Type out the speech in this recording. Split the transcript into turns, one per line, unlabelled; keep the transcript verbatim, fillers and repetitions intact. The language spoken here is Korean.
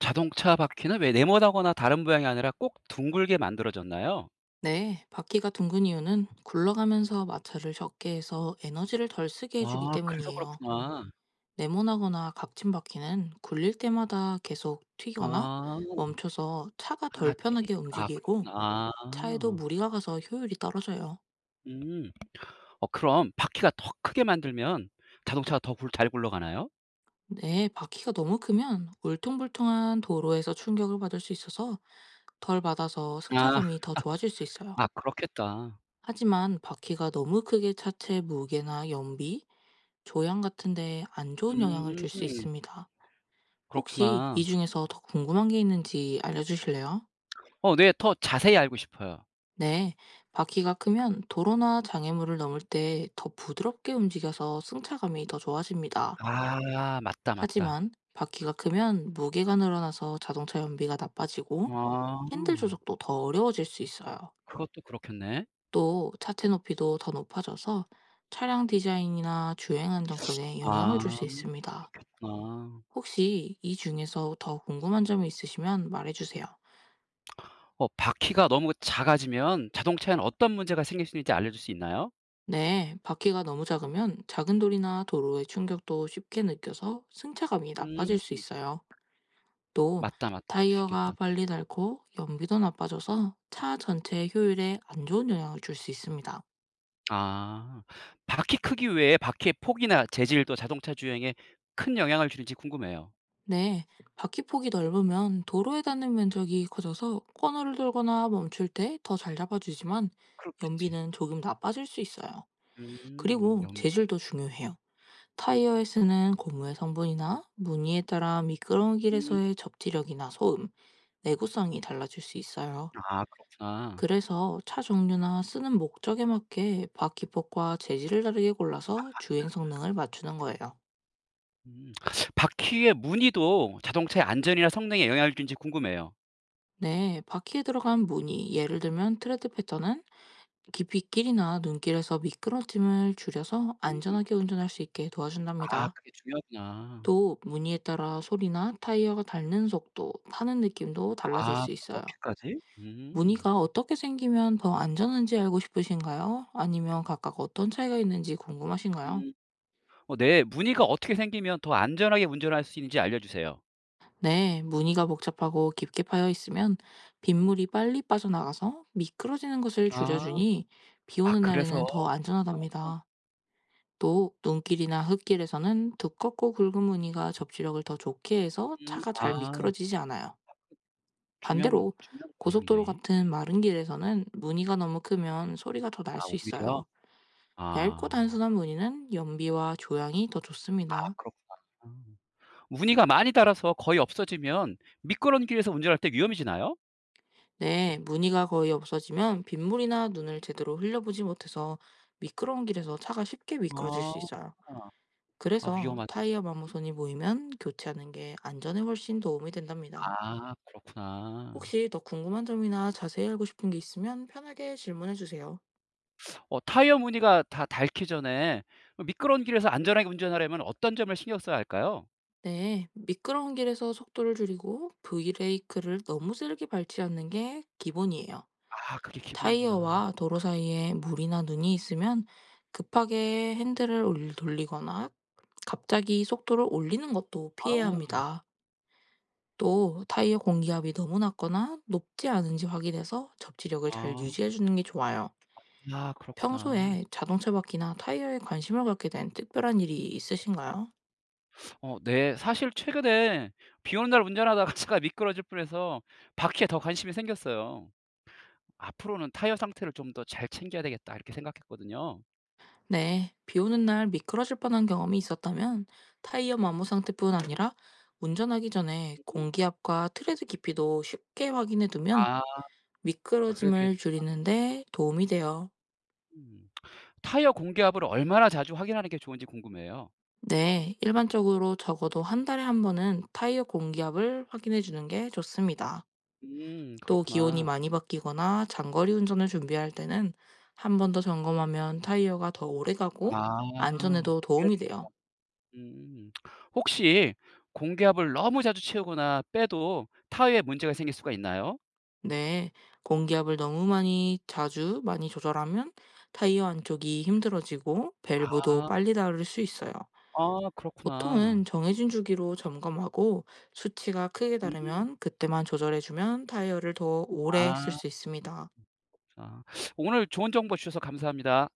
자동차 바퀴는 왜 네모나거나 다른 모양이 아니라 꼭 둥글게 만들어졌나요?
네, 바퀴가 둥근 이유는 굴러가면서 마찰을 적게 해서 에너지를 덜 쓰게 해주기
아 그래서
때문이에요.
그렇구나.
네모나거나 각진 바퀴는 굴릴 때마다 계속 튀거나
아
멈춰서 차가
아
덜
튀니
편하게
아
움직이고,
그렇구나.
차에도
아.
무리가 가서 효율이 떨어져요.
음. 어 그럼 바퀴가 더 크게 만들면 자동차가 더 굴 잘 굴러가나요?
네, 바퀴가 너무 크면 울퉁불퉁한 도로에서 충격을 받을 수 있어서 덜 받아서
아.
승차감이 더 좋아질 수 있어요.
아 그렇겠다.
하지만 바퀴가 너무 크게 차체 무게나 연비, 조향 같은데 안 좋은 영향을
음.
줄 수 있습니다. 혹시
그렇구나.
이 중에서 더 궁금한 게 있는지 알려주실래요?
어 네. 더 자세히 알고 싶어요.
네, 바퀴가 크면 도로나 장애물을 넘을 때 더 부드럽게 움직여서 승차감이 더 좋아집니다.
아 맞다, 맞다.
하지만 바퀴가 크면 무게가 늘어나서 자동차 연비가 나빠지고,
아.
핸들 조작도 더 어려워질 수 있어요.
그것도 그렇겠네.
또 차체 높이도 더 높아져서 차량 디자인이나 주행 안정성에 영향을 줄
아
수 있습니다.
그렇겠구나.
혹시 이 중에서 더 궁금한 점이 있으시면 말해주세요.
어 바퀴가 너무 작아지면 자동차에는 어떤 문제가 생길 수 있는지 알려줄 수 있나요?
네, 바퀴가 너무 작으면 작은 돌이나 도로의 충격도 쉽게 느껴서 승차감이
음.
나빠질 수 있어요. 또,
맞다, 맞다. 그럴 수
타이어가
있겠다.
빨리 닳고 연비도 나빠져서 차 전체의 효율에 안 좋은 영향을 줄 수 있습니다.
아. 바퀴 크기 외에 바퀴의 폭이나 재질도 자동차 주행에 큰 영향을 주는지 궁금해요.
네, 바퀴 폭이 넓으면 도로에 닿는 면적이 커져서 코너를 돌거나 멈출 때 더 잘 잡아주지만,
그렇겠지.
연비는 조금 나빠질 수 있어요.
음.
그리고
연비
재질도 중요해요. 타이어에 쓰는 고무의 성분이나 무늬에 따라 미끄러운
음.
길에서의 접지력이나 소음, 내구성이 달라질 수 있어요.
아 그렇구나.
그래서 차 종류나 쓰는 목적에 맞게 바퀴폭과 재질을 다르게 골라서 주행 성능을 맞추는 거예요.
음. 바퀴의 무늬도 자동차의 안전이나 성능에 영향을 주는지 궁금해요.
네, 바퀴에 들어간 무늬, 예를 들면 트레드 패턴은 빗길이나 눈길에서 미끄러짐을 줄여서
음.
안전하게 운전할 수 있게
아
도와준답니다.
그게 중요하구나.
또 무늬에 따라 소리나 타이어가 닳는 속도, 타는 느낌도 달라질
아
수 있어요.
그렇게까지? 음.
무늬가 어떻게 생기면 더 안전한지 알고 싶으신가요? 아니면 각각 어떤 차이가 있는지 궁금하신가요?
음. 어 네. 무늬가 어떻게 생기면 더 안전하게 운전할 수 있는지 알려주세요.
네, 무늬가 복잡하고 깊게 파여 있으면 빗물이 빨리 빠져나가서 미끄러지는 것을
아.
줄여주니, 비
아
오는
그래서
날에는 더
그렇구나.
안전하답니다. 또 눈길이나 흙길에서는 두껍고 굵은 무늬가 접지력을 더 좋게 해서
음.
차가 잘
아
미끄러지지 않아요.
중요한
반대로
중요한 거네
고속도로
굉장히.
같은 마른 길에서는 무늬가 너무 크면 소리가 더 날
아
수
오히려?
있어요. 얇고
아.
단순한 무늬는 연비와 조향이 더
아
좋습니다.
그렇구나. 무늬가 많이 달아서 거의 없어지면 미끄러운 길에서 운전할 때 위험해지나요?
네, 무늬가 거의 없어지면 빗물이나 눈을 제대로 흘려보지 못해서 미끄러운 길에서 차가 쉽게 미끄러질
아.
수 있어요.
아
그래서
위험한
타이어 마모선이 보이면 교체하는 게 안전에 훨씬 도움이 된답니다.
아 그렇구나.
혹시 더 궁금한 점이나 자세히 알고 싶은 게 있으면 편하게 질문해 주세요.
어 타이어 무늬가 다 닳기 전에 미끄러운 길에서 안전하게 운전하려면 어떤 점을 신경 써야 할까요?
네, 미끄러운 길에서 속도를 줄이고 브레이크를 너무 세게 밟지 않는 게 기본이에요.
아 그게 기본이구나.
타이어와 도로 사이에 물이나 눈이 있으면 급하게 핸들을 올- 돌리거나 갑자기 속도를 올리는 것도 피해야
아.
합니다. 또 타이어 공기압이 너무 낮거나 높지 않은지 확인해서 접지력을 잘
아.
유지해 주는 게 좋아요.
아 그렇구나.
평소에 자동차 바퀴나 타이어에 관심을 갖게 된 특별한 일이 있으신가요?
어 네. 사실 최근에 비 오는 날 운전하다가 차가 미끄러질 뻔해서 바퀴에 더 관심이 생겼어요. '앞으로는 타이어 상태를 좀 더 잘 챙겨야 되겠다.' 이렇게 생각했거든요.
네, 비 오는 날 미끄러질 뻔한 경험이 있었다면 타이어 마모 상태뿐 아니라 운전하기 전에 공기압과 트레드 깊이도 쉽게 확인해 두면
아 그래야 되겠다.
미끄러짐을 줄이는데 도움이 돼요.
음. 타이어 공기압을 얼마나 자주 확인하는 게 좋은지 궁금해요.
네, 일반적으로 적어도 한 달에 한 번은 타이어 공기압을 확인해 주는 게 좋습니다.
음
또 기온이
그렇구나.
많이 바뀌거나 장거리 운전을 준비할 때는 한 번 더 점검하면 타이어가 더 오래 가고
아.
안전에도
그래야
도움이
되겠
돼요.
음. 혹시 공기압을 너무 자주 채우거나 빼도 타이어에 문제가 생길 수가 있나요?
네, 공기압을 너무 많이 자주 많이 조절하면 타이어 안쪽이 힘들어지고 밸브도
아.
빨리 닳을 수 있어요.
아 그렇구나.
보통은 정해진 주기로 점검하고 수치가 크게
음.
다르면 그때만 조절해주면 타이어를 더 오래 쓸
아.
수 있습니다.
아. 오늘 좋은 정보 주셔서 감사합니다.